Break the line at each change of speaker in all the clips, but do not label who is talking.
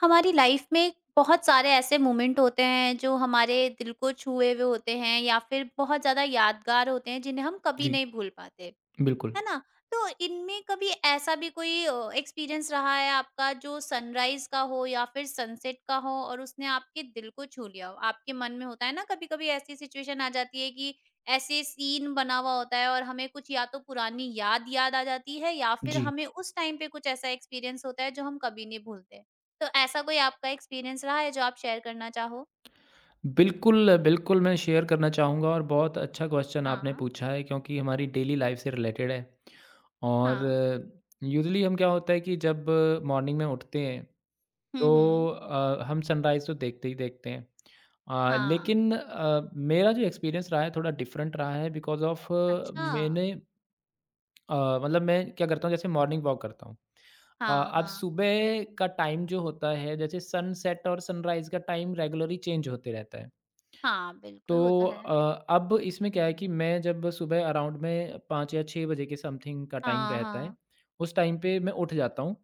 हमारी लाइफ में बहुत सारे ऐसे मोमेंट होते हैं जो हमारे दिल को छुए हुए होते हैं या फिर बहुत ज़्यादा यादगार होते हैं जिन्हें हम कभी
जी,
नहीं भूल पाते
बिल्कुल।
है ना? तो इनमें कभी ऐसा भी कोई एक्सपीरियंस रहा है आपका जो सनराइज़ का हो या फिर सनसेट का हो और उसने आपके दिल को छू लिया हो? आपके मन में होता है ना, कभी-कभी ऐसी सिचुएशन आ जाती है कि ऐसे सीन बना हुआ होता है और हमें कुछ या तो पुरानी याद याद आ जाती है या फिर
जी,
हमें उस टाइम पे कुछ ऐसा एक्सपीरियंस होता है जो हम कभी नहीं भूलते। तो ऐसा कोई आपका एक्सपीरियंस रहा है जो आप शेयर करना चाहो?
बिल्कुल, बिल्कुल मैं शेयर करना चाहूँगा और बहुत अच्छा क्वेश्चन आपने
हाँ,
पूछा है क्योंकि हमारी डेली लाइफ से रिलेटेड है। और
हाँ।
यूजुअली हम क्या होता है कि जब मॉर्निंग में उठते हैं
हुँ,
तो
हुँ।
हम सनराइज़ तो देखते ही देखते हैं।
हाँ।
लेकिन मेरा जो एक्सपीरियंस रहा है थोड़ा डिफरेंट रहा है बिकॉज़ ऑफ़
अच्छा।
मैंने, मतलब मैं क्या करता हूँ जैसे मॉर्निंग वॉक करता हूँ। अ,
हाँ,
अब
हाँ।
सुबह का टाइम जो होता है जैसे सनसेट और सनराइज़ का टाइम रेगुलरली चेंज होते रहता है।
हाँ,
तो
बिल्कुल, वो तो है।
अब इसमें क्या है कि मैं जब सुबह अराउंड में 5 या 6 बजे के समथिंग का टाइम
हाँ,
रहता है,
हाँ।
उस टाइम पे मैं उठ जाता हूँ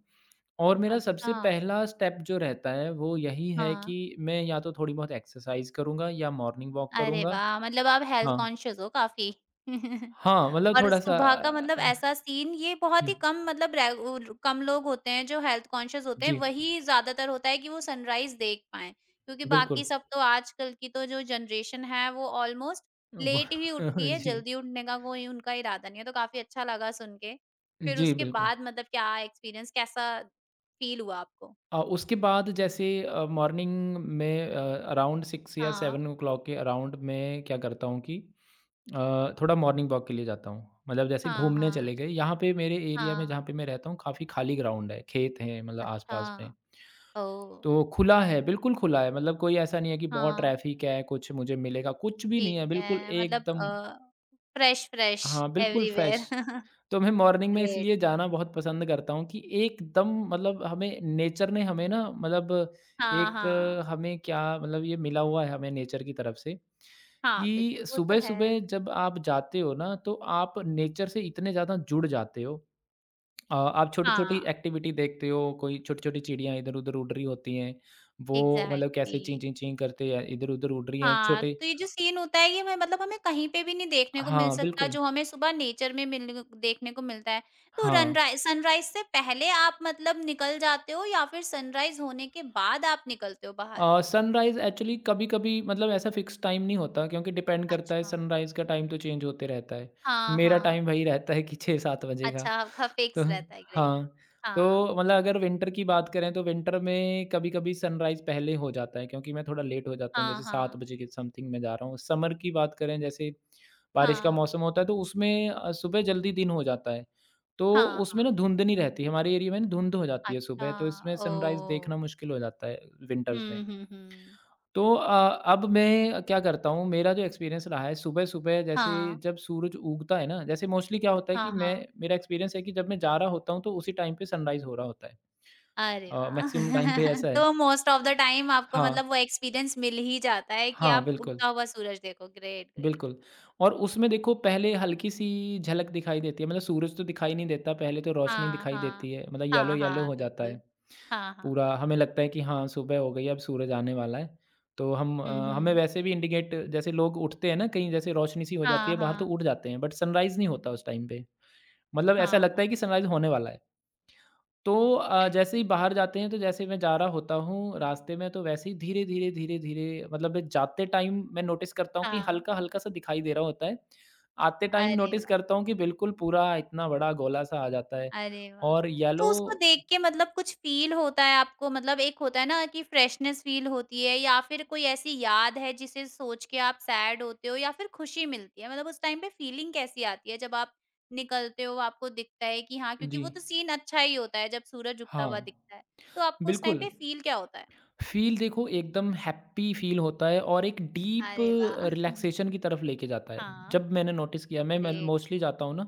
और मेरा
अच्छा,
सबसे पहला स्टेप जो रहता है वो यही है
हाँ।
कि मैं या तो थोड़ी बहुत एक्सरसाइज़ करूँगा या मॉर्निंग वॉक
अरे
करूँगा।
वाह! मतलब आप हेल्थ
हाँ,
कॉन्शियस हो काफ़ी।
हाँ, मतलब
और
थोड़ा-सा,
सुबह का मतलब ऐसा सीन ये बहुत
हुँ,
ही कम, मतलब रे उर कम लोग होते हैं जो हेल्थ कॉन्शियस होते हैं,
जी,
वही ज़्यादातर होता है कि वो सनराइज़ देख पाएँ। क्योंकि
बिल्कुल।
बाकी सब तो आजकल की तो जो जनरेशन है वो ऑलमोस्ट लेट ही उठती है,
जी,
जल्दी उठने का कोई उनका इरादा नहीं है। तो काफ़ी अच्छा लगा सुन के। फिर
जी,
उसके
बिल्कुल।
बाद मतलब क्या एक्सपीरियंस, कैसा फ़ील हुआ आपको?
उसके बाद जैसे मॉर्निंग में अराउंड 6 या 7
हाँ।
ओ'क्लॉक के अराउंड मैं क्या करता हूँ कि थोड़ा मॉर्निंग वॉक के लिए जाता हूँ। मतलब जैसे
हाँ,
घूमने
हाँ।
चले गए, यहाँ पे मेरे एरिया में
हाँ।
जहाँ पे मैं रहता हूँ काफ़ी खाली ग्राउंड है, खेत हैं मतलब
अच्छा,
आस-पास में।
ओह!
तो खुला है, बिल्कुल खुला है, मतलब कोई ऐसा नहीं है कि बहुत
हाँ,
ट्रैफ़िक है, कुछ मुझे मिलेगा, कुछ भी नहीं
ठीक
है, बिल्कुल
है, मतलब
एकदम
फ्रेश फ्रेश
हाँ, बिल्कुल फ्रेश।
एवरीवेयर।
तो मैं मॉर्निंग में
ग्रेट।
इसलिए जाना बहुत पसंद करता हूँ कि एकदम मतलब हमें नेचर ने हमें ना मतलब
हाँ,
एक
हाँ।
हमें क्या मतलब ये मिला हुआ है हमें नेचर की तरफ से
हाँ,
कि
बिल्कुल वो तो है।
सुबह-सुबह जब आप जाते हो ना तो आप नेचर से इतने ज़्यादा जुड़ जाते हो। आप छोटी-छोटी
हाँ,
एक्टिविटी देखते हो, कोई छोटी-छोटी चिड़ियाँ इधर-उधर उड़ रही होती हैं, वो मतलब कैसे
एग्ज़ैक्टली।
चीं, चीं, चीं करते हैं इधर-उधर उड़ रही हैं,
हाँ,
छोटे
तो ये जो सीन होता है ये हमें, मतलब हमें कहीं पे भी नहीं देखने को मिल
हाँ,
सकता
बिल्कुल।
जो हमें सुबह नेचर में मिलने को, देखने को मिलता है। तो
हाँ।
रनराइ सनराइज़ से पहले आप मतलब निकल जाते हो या फिर सनराइज़ होने के बाद आप निकलते हो बाहर?
सनराइज़ एक्चुअली कभी-कभी मतलब ऐसा फ़िक्स टाइम नहीं होता क्योंकि डिपेंड करता है
अच्छा।
सनराइज़ का टाइम तो चेंज होते रहता है।
हाँ,
मेरा
हाँ।
टाइम वही रहता है कि 6-7 बजे का।
अच्छा, आपका
तो
फिक्स रहता है। ग्रेट।
हाँ,
हाँ।
तो मतलब अगर विंटर की बात करें तो विंटर में कभी-कभी सनराइज़ पहले हो जाता है क्योंकि मैं थोड़ा लेट हो जाता हूँ,
हाँ,
जैसे 7
हाँ।
बजे के समथिंग मैं जा रहा हूँ। समर की बात करें जैसे बारिश का
हाँ,
मौसम होता है तो उसमें सुबह जल्दी दिन हो जाता है। तो
हाँ,
उसमें ना
हाँ।
धुंध नहीं रहती, हमारे एरिया में ना धुंध हो जाती है
अच्छा,
सुबह तो इसमें सनराइज़ देखना
ओह!
मुश्किल हो जाता है विंटर्स में।
हुँ, हुँ, हुँ।
तो अब मैं क्या करता हूँ, मेरा जो एक्सपीरियंस रहा है सुबह-सुबह जैसे
हाँ,
जब सूरज उगता है ना, जैसे मोस्टली क्या होता है कि
हाँ,
मैं
हाँ।
मेरा एक्सपीरियंस है कि जब मैं जा रहा होता हूँ, तो उसी टाइम पे सनराइज़ हो रहा होता है।
अरे वाह!
मैक्सिमम टाइम पे ऐसा है।
तो मोस्ट ऑफ द टाइम आपको
हाँ,
मतलब वो एक्सपीरियंस मिल ही जाता है कि
हाँ,
आप
बिल्कुल,
उगता हुआ सूरज देखो। Great, great.
बिल्कुल। और उसमें देखो पहले हल्की-सी झलक दिखाई देती है, मतलब सूरज तो दिखाई नहीं देता, पहले तो रोशनी
हाँ,
दिखाई देती
हाँ।
है, मतलब
हाँ,
येलो-येलो
हाँ,
हो जाता है।
बिल्कुल। हाँ, हाँ।
पूरा हमें लगता है कि हाँ, सुबह हो गई है, अब सूरज आने वाला है। तो
हुँ,
हमें
हुँ।
वैसे भी इंडिकेट जैसे लोग उठते हैं ना कहीं जैसे रोशनी सी हो जाती
हाँ,
है बाहर तो
हाँ।
उठ जाते हैं, बट सनराइज़ नहीं होता उस टाइम पे। मतलब ऐसा
हाँ,
लगता
हाँ।
है कि सनराइज़ होने वाला है। तो जैसे ही
एग्ज़ैक्टली।
बाहर जाते हैं तो जैसे मैं जा रहा होता हूँ रास्ते में तो वैसे ही धीरे-धीरे, धीरे-धीरे मतलब मैं जाते टाइम मैं नोटिस करता हूँ कि
हाँ।
हल्का-हल्का सा दिखाई दे रहा होता है। आते टाइम
अरे
नोटिस करता हूँ कि बिल्कुल पूरा इतना बड़ा गोला सा आ जाता है
अरे वाह!
और येलो,
तो उसको देख के मतलब कुछ फ़ील होता है आपको, मतलब एक होता है ना कि फ्रेशनेस फ़ील होती है या फिर कोई ऐसी याद है जिसे सोच के आप सैड होते हो या फिर खुशी मिलती है? मतलब उस टाइम पे फ़ीलिंग कैसी आती है जब आप निकलते हो, आपको दिखता है कि हाँ, क्योंकि
जी,
वो तो सीन अच्छा ही होता है जब सूरज उगता
हाँ,
हुआ दिखता है। तो आपको उस टाइम
बिल्कुल।
पे फ़ील क्या होता है?
फ़ील देखो एकदम हैप्पी फ़ील होता है और एक डीप
अरे वाह!
रिलैक्सेशन की तरफ लेके जाता है।
हाँ,
जब मैंने नोटिस किया मैं
ग्रेट।
मोस्टली जाता हूँ ना,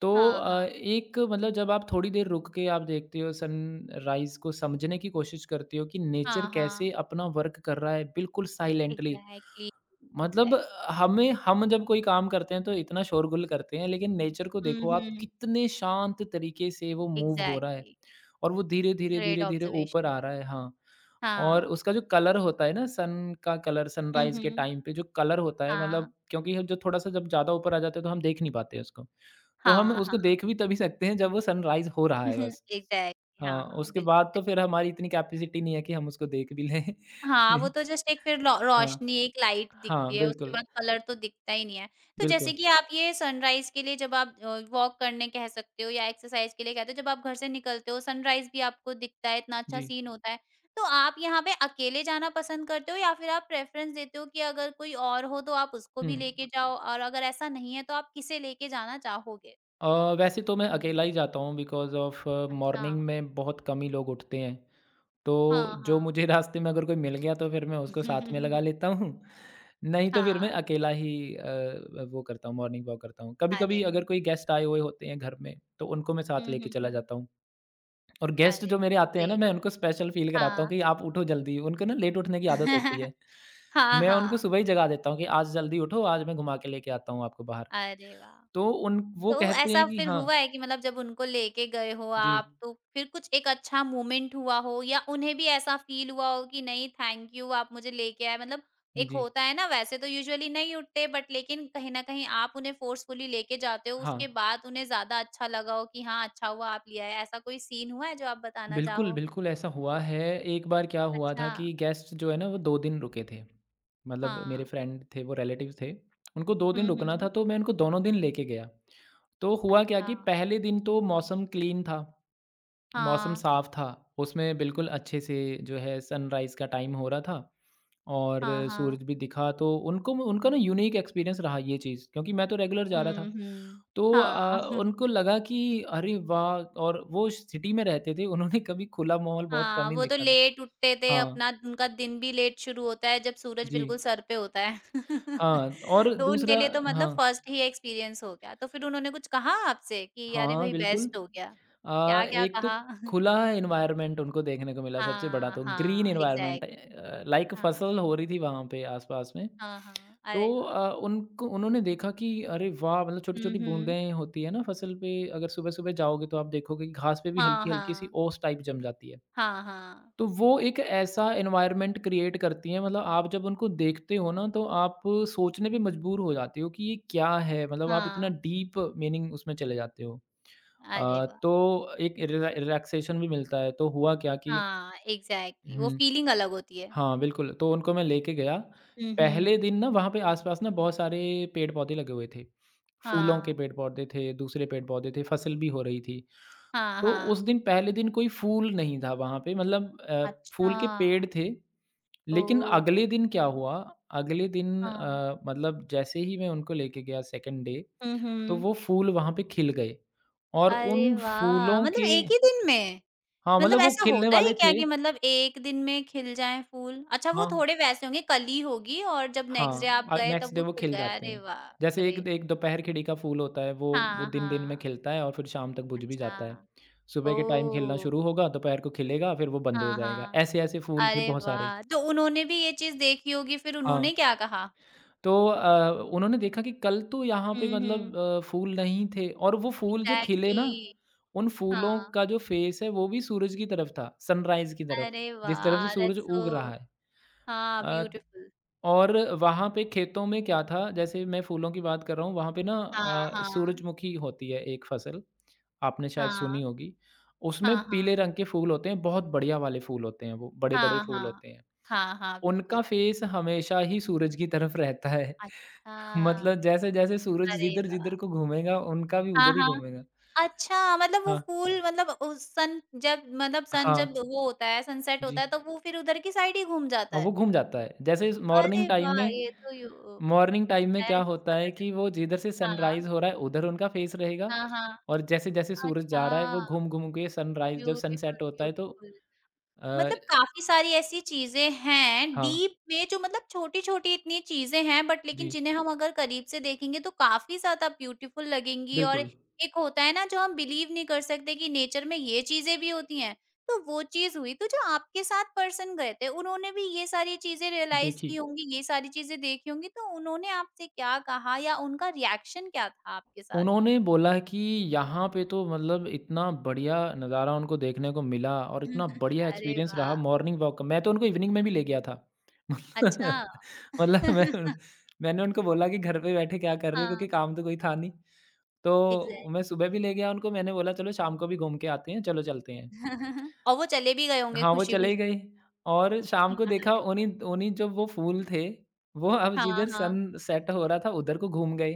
तो
हाँ, हाँ।
एक मतलब जब आप थोड़ी देर रुक के आप देखते हो सनराइज़ को समझने की कोशिश करते हो कि नेचर
हाँ,
कैसे
हाँ।
अपना वर्क कर रहा है बिल्कुल साइलेंटली।
एग्ज़ैक्टली,
मतलब
एग्ज़ैक्ट
हमें हम जब कोई काम करते हैं तो इतना शोरगुल करते हैं, लेकिन नेचर को
हुँ,
देखो आप
हुँ।
कितने शांत तरीके से वो मूव हो रहा है
एग्ज़ैक्टली,
और वो धीरे, धीरे,
ग्रेट
धीरे, धीरे ऊपर
ऑब्ज़र्वेशन।
आ रहा है। हाँ, और
हाँ।
उसका जो कलर होता है ना, सन का कलर
हुँ,
सनराइज़ के
हुँ।
टाइम पे जो कलर होता है मतलब
हाँ।
क्योंकि हम जो थोड़ा-सा जब ज़्यादा ऊपर आ जाते हैं तो हम देख नहीं पाते उसको। तो हम
हाँ,
उसको
हाँ।
देख भी तभी सकते हैं जब वो सनराइज़ हो रहा है बस।
एग्ज़ैक्टली,
हाँ,
हाँ, हाँ,
उसके बाद
बिल्कुल।
तो फिर हमारी इतनी कैपेसिटी नहीं है कि हम उसको देख भी लें।
हाँ, वो तो जस्ट एक फिर रौ
हाँ,
रोशनी, एक लाइट दिखती
हाँ,
है, उसके
बिल्कुल,
बाद कलर तो दिखता ही नहीं है। तो जैसे
बिल्कुल।
कि आप ये सनराइज़ के लिए जब आप वॉक करने, कह सकते हो या एक्सरसाइज़ के लिए कहते हो, जब आप घर से निकलते हो, सनराइज़ भी आपको दिखता है, इतना अच्छा
जी,
सीन होता है। तो आप यहाँ पे अकेले जाना पसंद करते हो या फिर आप प्रेफ़रेंस देते हो कि अगर कोई और हो तो आप उसको
हुँ।
भी लेके जाओ, और अगर ऐसा नहीं है तो आप किसे लेके जाना चाहोगे?
अ, वैसे तो मैं अकेला ही जाता हूँ बिकॉज़ ऑफ़
अच्छा।
मॉर्निंग में बहुत कम ही लोग उठते हैं। तो
हाँ,
जो
हाँ।
मुझे रास्ते में अगर कोई मिल गया तो फिर मैं उसको साथ में लगा लेता हूँ, नहीं तो फिर मैं
हाँ,
अकेला ही, वो करता हूँ मॉर्निंग वॉक करता हूँ।
अरे
कभी-कभी
वाह!
अगर कोई गेस्ट आए हुए होते हैं घर में तो उनको मैं साथ
हुँ,
लेके
हुँ,
चला
हुँ।
जाता हूँ और गेस्ट
अरे
जो मेरे
वाह!
आते हैं ना
ग्रेट।
मैं उनको स्पेशल फ़ील कराता हूँ
हाँ।
कि आप उठो जल्दी, उनको ना लेट उठने की आदत होती है।
हाँ,
मैं उनको
हाँ।
सुबह ही जगा देता हूँ कि आज जल्दी उठो, आज मैं घुमा के लेके आता हूँ आपको बाहर।
अरे वाह!
तो उन वो
तो
कहते हैं
ऐसा
कि
फिर
हाँ,
हुआ है कि मतलब जब उनको लेके गए हो
जी,
आप तो फिर कुछ एक अच्छा मोमेंट हुआ हो या उन्हें भी ऐसा फ़ील हुआ हो कि नहीं, थैंक यू, आप मुझे लेके आए। मतलब एक
जी,
होता है ना, वैसे तो यूजुअली नहीं उठते बट लेकिन कहीं न कहीं आप उन्हें फ़ोर्सफुली लेके जाते हो,
हाँ।
उसके बाद उन्हें ज़्यादा अच्छा लगा हो कि हाँ, अच्छा हुआ आप ले आए। ऐसा कोई सीन हुआ है जो आप बताना
बिल्कुल,
चाहो?
बिल्कुल ऐसा हुआ है। एक बार क्या हुआ था
अच्छा,
कि गेस्ट जो है ना वो 2 दिन रुके थे। मतलब मेरे
हाँ।
फ्रेंड थे, वो रिलेटिव्स थे। उनको 2 दिन
हुँ,
रुकना था
हुँ।
तो मैं उनको दोनों दिन लेके गया। तो हुआ क्या
अच्छा।
कि पहले दिन तो मौसम क्लीन था, मौसम
हाँ,
साफ था। उसमें बिल्कुल अच्छे से जो है सनराइज़ का टाइम हो रहा था। और
हाँ, हाँ।
सूरज भी दिखा तो उनको उनका ना यूनीक एक्सपीरियंस रहा ये चीज़ क्योंकि मैं तो रेगुलर जा रहा
हुँ,
था।
हुँ।
तो
हाँ।
उनको लगा कि अरे वाह! और वो सिटी में रहते थे उन्होंने कभी खुला माहौल बहुत कम
हाँ,
ही
वो तो
देखा था।
लेट उठते थे,
हाँ,
अपना उनका दिन भी लेट शुरू होता है जब सूरज
जी।
बिल्कुल सर पे होता है।
हाँ, और
तो
दूसरा
उनके लिए तो मतलब
हाँ।
फर्स्ट ही एक्सपीरियंस हो गया। तो फिर उन्होंने कुछ कहा आपसे कि अरे
हाँ,
भाई
बिल्कुल।
बेस्ट हो गया? क्या-क्या
एक तो
कहा?
खुला एनवायरनमेंट उनको देखने को मिला सबसे बड़ा
हाँ,
तो ग्रीन
हाँ,
एनवायरनमेंट,
एग्ज़ैक्टली।
लाइक
हाँ,
फसल हो रही थी वहाँ पे आस-पास में।
हाँ, हाँ।
तो
अरे वाह!
अ, उनको उन्होंने देखा कि अरे वाह! मतलब
हुँ,
छोटी-छोटी
हुँ।
बूँदें होती है ना फसल पे अगर सुबह-सुबह जाओगे तो आप देखोगे कि घास पे भी
हाँ,
हल्की-हल्की सी
हाँ।
ओस टाइप जम जाती है।
हाँ, हाँ।
तो वो एक ऐसा एनवायरनमेंट क्रिएट करती हैं मतलब आप जब उनको देखते हो ना तो आप सोचने पे मजबूर हो जाते हो कि ये क्या है? मतलब आप इतना
हाँ।
डीप मीनिंग उसमें चले जाते हो।
अरे वाह!
तो एक रिला रिलैक्सेशन भी मिलता है, तो हुआ क्या कि
हाँ, एग्ज़ैक्टली, वो
हुँ।
फ़ीलिंग अलग होती है।
हाँ, बिल्कुल, तो उनको मैं लेके गया।
हुँ,
पहले
हुँ।
दिन ना वहाँ पे आस-पास ना बहुत सारे पेड़-पौधे लगे हुए थे। फूलों के
हाँ,
पेड़-पौधे थे, दूसरे पेड़-पौधे थे, फसल भी हो रही थी।
हाँ,
तो उस
हाँ।
दिन पहले दिन कोई फूल नहीं था वहाँ पे मतलब, फूल
अच्छा,
के पेड़ थे, लेकिन अगले
ओह!
दिन क्या हुआ, अगले दिन,
हाँ।
मतलब जैसे ही मैं उनको लेके गया सेकंड डे,
हुँ,
तो
हुँ।
वो फूल वहाँ पे खिल गए और
अरे
उन
वाह!
फूलों
मतलब
के
एक ही दिन में?
हाँ,
मतलब
मतलब वो
ऐसा
खिलने
होता है
वाले
क्या
थे।
कि मतलब एक दिन में खिल जाएँ फूल? अच्छा, वो
हाँ,
थोड़े वैसे होंगे, कली होगी और जब नेक्स्ट डे
हाँ,
आप गए
नेक्स्ट
तब
डे
वो
वो
खिल
खिल
गया।
जाते
अरे
हैं।
वाह!
जैसे एक
ग्रेट।
एक दोपहर खिड़ी का फूल होता है, वो
हाँ,
दिन-दिन में
हाँ।
खिलता है और फिर शाम तक बुझ भी
अच्छा,
जाता है। सुबह के टाइम खिलना
ओह!
शुरू होगा, दोपहर को खिलेगा, फिर वो बंद हो
हाँ,
जाएगा।
हाँ।
ऐसे-ऐसे फूल थे
अरे
बहुत सारे।
वाह! तो उन्होंने भी ये चीज़ देखी होगी, फिर
हाँ,
उन्होंने क्या कहा?
तो उन्होंने देखा कि कल तो यहाँ पे
हुँ,
मतलब,
हुँ।
फूल नहीं थे और वो फूल जो खिले ना,
एग्ज़ैक्टली।
उन फूलों
हाँ,
का जो फेस है, वो भी सूरज की तरफ था, सनराइज़ की तरफ,
अरे
जिस तरफ से
वाह!
सूरज
दैट्स सो
उग रहा है।
हाँ,
अ
ब्यूटीफुल।
और वहाँ पे खेतों में क्या था, जैसे मैं फूलों की बात कर रहा हूँ, वहाँ पे ना,
हाँ, हाँ,
सूरजमुखी होती है एक फसल, आपने शायद
हाँ,
सुनी होगी। उसमें
हाँ, हाँ,
पीले रंग के फूल होते हैं, बहुत बढ़िया वाले फूल होते हैं वो, बड़े-बड़े
हाँ,
फूल
हाँ,
होते हैं।
हाँ, हाँ,
उनका
बिल्कुल।
फेस हमेशा ही सूरज की तरफ रहता है।
अच्छा,
मतलब जैसे-जैसे सूरज
अरे वाह!
जिधर-जिधर को घूमेगा, उनका भी
हाँ,
उधर ही
हाँ,
घूमेगा।
अच्छा मतलब वो
हाँ,
फूल मतलब उ सन जब मतलब सन
हाँ,
जब वो होता है, सनसेट
जी।
होता है तो वो फिर उधर की साइड ही घूम जाता
हाँ,
है?
वो घूम जाता है। जैसे इस मॉर्निंग
अरे
टाइम
वाह!
में
ये तो यू नया
क्या
चीज़
होता
पता
है कि
चली।
वो जिधर से
हाँ,
सनराइज़ हो रहा है, उधर उनका फेस रहेगा
हाँ, हाँ,
और जैसे-जैसे सूरज जा रहा है, वो
अच्छा,
घूम-घूम के सनराइज़ जब
ब्यूटीफुल,
सनसेट होता है तो
ब्यूटीफुल।
अ,
मतलब काफ़ी सारी ऐसी चीज़ें हैं
हाँ,
डीप में, जो मतलब छोटी-छोटी इतनी चीज़ें हैं बट लेकिन
जी,
जिन्हें हम अगर करीब से देखेंगे तो काफ़ी ज़्यादा ब्यूटीफुल लगेंगी। और
बिल्कुल।
एक होता है ना, जो हम बिलीव नहीं कर सकते कि नेचर में ये चीज़ें भी होती हैं। तो वो चीज़ हुई, तो जो आपके साथ पर्सन गए थे उन्होंने भी ये सारी चीज़ें रियलाइज़
देखी
की होंगी, ये सारी चीज़ें देखी होंगी, तो उन्होंने आपसे क्या कहा या उनका रिएक्शन क्या था आपके साथ?
उन्होंने बोला कि यहाँ पे तो मतलब इतना बढ़िया नज़ारा उनको देखने को मिला और इतना बढ़िया
अरे
एक्सपीरियंस रहा
वाह!
मॉर्निंग वॉक का। मैं तो उनको इवनिंग में भी ले गया था।
अच्छा।
मतलब मैं मैंने उनको बोला कि घर पे बैठे क्या कर रहे हो? क्योंकि
हाँ।
काम तो कोई था नहीं। तो मैं सुबह भी ले गया उनको, मैंने बोला चलो शाम को भी घूम के आते हैं, चलो चलते हैं।
और वो चले भी गए होंगे
हाँ, वो चले
खुशी-खुशी।
गई और शाम को देखा
अरे!
उन्हीं उन्हीं जो वो फूल थे, वो अब
हाँ,
जिधर
हाँ।
सनसेट हो रहा था उधर को घूम गए।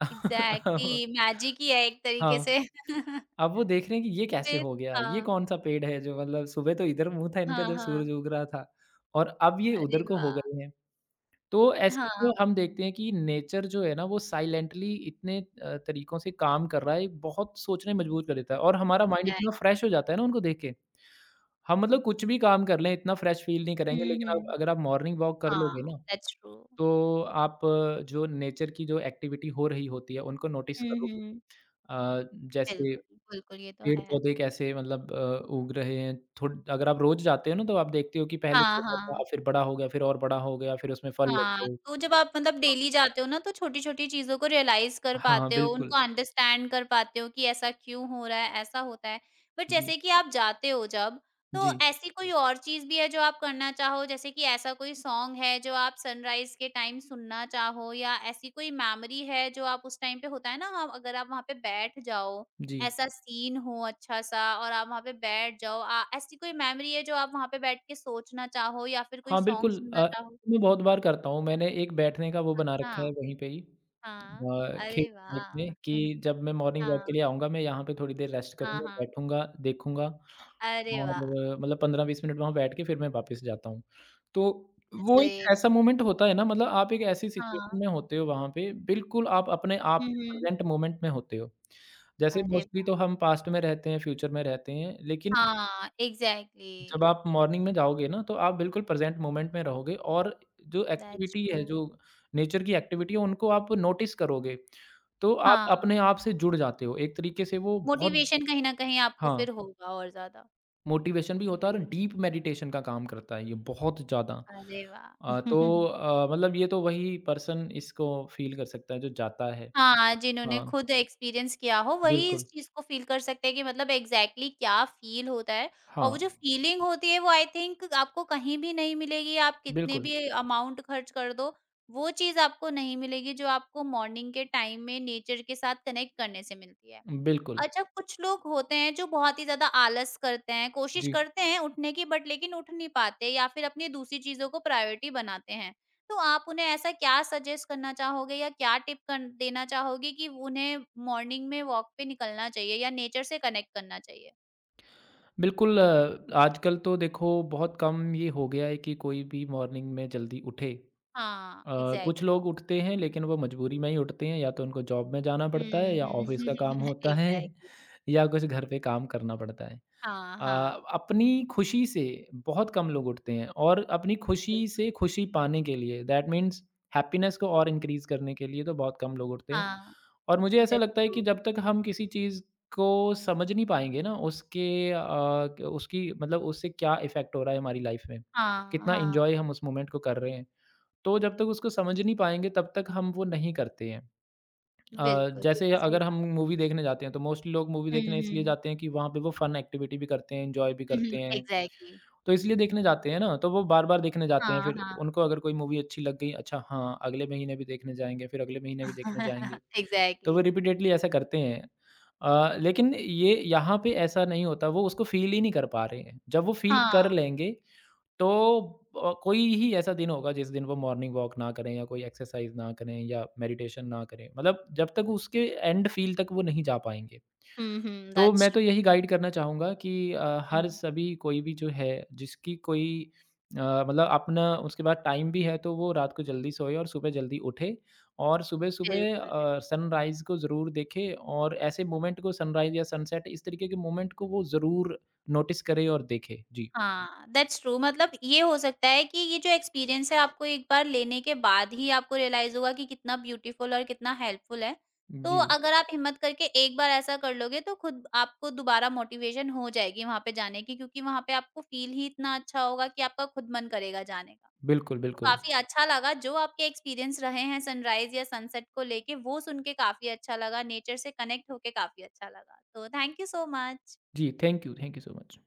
एग्ज़ैक्टली, मैजिक ही है एक तरीके
हाँ,
से।
अब वो देख रहे हैं कि ये कैसे
फिर?
हो गया? ये
हाँ।
कौन-सा पेड़ है जो मतलब सुबह तो इधर मुँह था इनका
हाँ,
जब
हाँ।
सूरज उग रहा था और अब ये
अरे
उधर को हो
वाह!
गए हैं। तो ऐसे
हाँ,
तो हम देखते हैं कि नेचर जो है ना वो साइलेंटली इतने तरीकों से काम कर रहा है, बहुत सोचने मजबूर कर देता है और हमारा माइंड इतना
एग्ज़ैक्ट
फ्रेश हो जाता है ना उनको देख के। हम मतलब कुछ भी काम कर लें इतना फ्रेश फ़ील नहीं
हुँ,
करेंगे लेकिन आप
हुँ।
अगर आप मॉर्निंग वॉक कर लोगे
हाँ,
ना,
दैट्स ट्रू।
तो आप जो नेचर की जो एक्टिविटी हो रही होती है उनको नोटिस
हुँ,
करोगे।
हुँ।
जैसे
बिल्कुल, बिल्कुल ये तो है।
पेड़-पौधे कैसे मतलब उग रहे हैं, थो अगर आप रोज़ जाते हो ना तो आप देखते हो कि पहले
हाँ,
छोटा था,
हाँ।
फिर बड़ा हो गया, फिर और बड़ा हो गया, फिर उसमें फल लग
हाँ,
गए।
तो जब आप मतलब डेली जाते हो ना, तो छोटी-छोटी चीज़ों को रियलाइज़ कर
हाँ,
पाते हो,
बिल्कुल।
उनको अंडरस्टैंड कर पाते हो कि ऐसा क्यों हो रहा है, ऐसा होता है। बट
जी,
जैसे कि आप जाते हो जब, तो
जी,
ऐसी कोई और चीज़ भी है जो आप करना चाहो? जैसे कि ऐसा कोई सॉन्ग है जो आप सनराइज़ के टाइम सुनना चाहो या ऐसी कोई मेमोरी है जो आप उस टाइम पे होता है ना हम, अगर आप वहाँ पे बैठ जाओ,
जी।
ऐसा सीन हो अच्छा-सा और आप वहाँ पे बैठ जाओ, ऐसी कोई मेमोरी है जो आप वहाँ पे बैठ के सोचना चाहो या फिर कोई
हाँ,
सॉन्ग
बिल्कुल
सुनना चाहो?
मैं बहुत बार करता हूँ। मैंने एक बैठने का वो बना
अच्छा।
रखा है वहीं पे ही
हाँ,
खेत
अरे
टाइप में
वाह!
कि जब मैं मॉर्निंग वॉक
हाँ,
के लिए आऊँगा, मैं यहाँ पे थोड़ी देर रेस्ट
हाँ,
करूँगा,
हाँ।
बैठूँगा, देखूँगा
अरे
और
वाह!
मतलब 15-20 मिनट वहाँ बैठ के फिर मैं वापस जाता हूँ। तो
दैट्स
वो एक
ग्रेट।
ऐसा मोमेंट होता है ना मतलब आप एक ऐसी
हाँ,
सिचुएशन में होते हो वहाँ पे, बिल्कुल आप अपने आप
हुँ,
से
हुँ।
प्रेज़ेंट मोमेंट में होते हो। जैसे
अरे
मोस्टली
वाह!
तो हम पास्ट में रहते हैं, फ्यूचर में रहते हैं, लेकिन
हाँ,
जब
एग्ज़ैक्टली,
आप मॉर्निंग में जाओगे ना, तो आप बिल्कुल प्रेज़ेंट मोमेंट में रहोगे और जो
दैट्स
एक्टिविटी
ट्रू।
है, जो नेचर की एक्टिविटी है, उनको आप नोटिस करोगे, तो आप
हाँ,
अपने आप से जुड़ जाते हो। एक तरीके से वो बहुत
मोटिवेशन कहीं न कहीं आपको फिर
हाँ,
होगा और ज़्यादा।
मोटिवेशन भी होता है और
ग्रेट,
डीप मेडिटेशन का काम करता है ये बहुत ज़्यादा।
अरे वाह!
अ, तो अ, मतलब ये तो वही पर्सन इसको फ़ील कर सकता है जो जाता है।
हाँ, जिन्होंने
हाँ,
खुद एक्सपीरियंस किया हो, वही इस
बिल्कुल।
चीज़ को फ़ील कर सकते हैं कि मतलब एग्ज़ैक्टली क्या फ़ील होता है।
हाँ,
और वो जो फ़ीलिंग होती है, वो आई थिंक आपको कहीं भी नहीं मिलेगी। आप कितने
बिल्कुल,
भी अमाउंट खर्च कर दो, वो चीज़ आपको नहीं मिलेगी, जो आपको मॉर्निंग के टाइम में नेचर के साथ कनेक्ट करने से मिलती है।
बिल्कुल।
अच्छा, कुछ लोग होते हैं जो बहुत ही ज़्यादा आलस करते हैं, कोशिश
जी।
करते हैं उठने की बट लेकिन उठ नहीं पाते या फिर अपनी दूसरी चीज़ों को प्रायोरिटी बनाते हैं। तो आप उन्हें ऐसा क्या सजेस्ट करना चाहोगे या क्या टिप कन देना चाहोगे कि उन्हें मॉर्निंग में वॉक पे निकलना चाहिए या नेचर से कनेक्ट करना चाहिए?
बिल्कुल आजकल तो देखो बहुत कम ये हो गया है कि कोई भी मॉर्निंग में जल्दी उठे।
हाँ,
अ,
एग्ज़ैक्ट
कुछ लोग उठते हैं लेकिन वो मजबूरी में ही उठते हैं या तो उनको जॉब में जाना पड़ता है
हुँ,
या
हुँ।
ऑफिस का काम होता है
एग्ज़ैक्टली।
या कुछ घर पे काम करना पड़ता है।
हाँ,
अ,
हाँ,
अपनी खुशी से बहुत कम लोग उठते हैं और अपनी खुशी
बिल्कुल।
से खुशी पाने के लिए दैट मीन्स हैप्पीनेस को और इंक्रीज़ करने के लिए तो बहुत कम लोग उठते हैं।
हाँ,
और मुझे ऐसा
दैट्स
लगता है कि
ट्रू।
जब तक हम किसी चीज़ को समझ नहीं पाएँगे ना उसके अ, क उसकी मतलब उससे क्या इफ़ेक्ट हो रहा है हमारी लाइफ़ में,
हाँ,
कितना
हाँ,
एन्जॉय हम उस मोमेंट को कर रहे हैं, तो जब तक उसको समझ नहीं पाएँगे तब तक हम वो नहीं करते हैं।
बिल्कुल,
जैसे
बिल्कुल सही
अगर हम
कहा।
मूवी देखने जाते हैं तो मोस्टली लोग मूवी
हुँ,
देखने इसलिए
हुँ।
जाते हैं कि वहाँ पे वो फन एक्टिविटी भी करते हैं, एन्जॉय भी
हुँ,
करते
हुँ,
हैं।
एग्ज़ैक्टली।
तो इसलिए देखने जाते हैं ना, तो वो बार-बार देखने जाते हैं
हाँ,
फिर
हाँ।
उनको अगर कोई मूवी अच्छी लग गई, अच्छा हाँ, अगले महीने भी देखने जाएँगे, फिर अगले महीने भी देखने जाएँगे। तो वो
एग्ज़ैक्टली।
रिपीटेडली ऐसा करते हैं। लेकिन ये यहाँ पे ऐसा नहीं होता, वो उसको फ़ील ही नहीं कर पा रहे हैं। जब वो फ़ील
हाँ,
कर लेंगे तो कोई ही ऐसा दिन होगा जिस दिन वो मॉर्निंग वॉक ना करें या कोई एक्सरसाइज़ ना करें या मेडिटेशन ना करें। मतलब जब तक उसके एंड फ़ील तक वो नहीं जा पाएँगे।
हुँ, हुँ,
तो
दैट्स
मैं
ट्रू।
तो यही गाइड करना चाहूँगा कि हर
हुँ,
सभी कोई भी जो है जिसकी कोई अ, मतलब अपना उसके बाद टाइम भी है तो वो रात को जल्दी सोए और सुबह जल्दी उठे और सुबह-सुबह
बिल्कुल, बिल
सनराइज़ को ज़रूर देखे और ऐसे मोमेंट को सनराइज़ या सनसेट इस तरीके के मोमेंट को वो ज़रूर नोटिस करे और देखे। जी।
हाँ, दैट्स ट्रू, मतलब ये हो सकता है कि ये जो एक्सपीरियंस है आपको एक बार लेने के बाद ही आपको रियलाइज़ होगा कि कितना ब्यूटीफुल और कितना हेल्पफुल है। तो
जी।
अगर आप हिम्मत करके एक बार ऐसा कर लोगे तो खुद आपको दोबारा मोटिवेशन हो जाएगी वहाँ पे जाने की, क्योंकि वहाँ पे आपको फ़ील ही इतना अच्छा होगा कि आपका खुद मन करेगा जाने का।
बिल्कुल,
तो
बिल्कुल।
काफ़ी अच्छा लगा जो आपके एक्सपीरियंस रहे हैं सनराइज़ या सनसेट को लेके, वो सुन के काफ़ी अच्छा लगा, नेचर से कनेक्ट होके काफ़ी अच्छा लगा। तो थैंक यू सो मच।
जी, थैंक यू सो मच।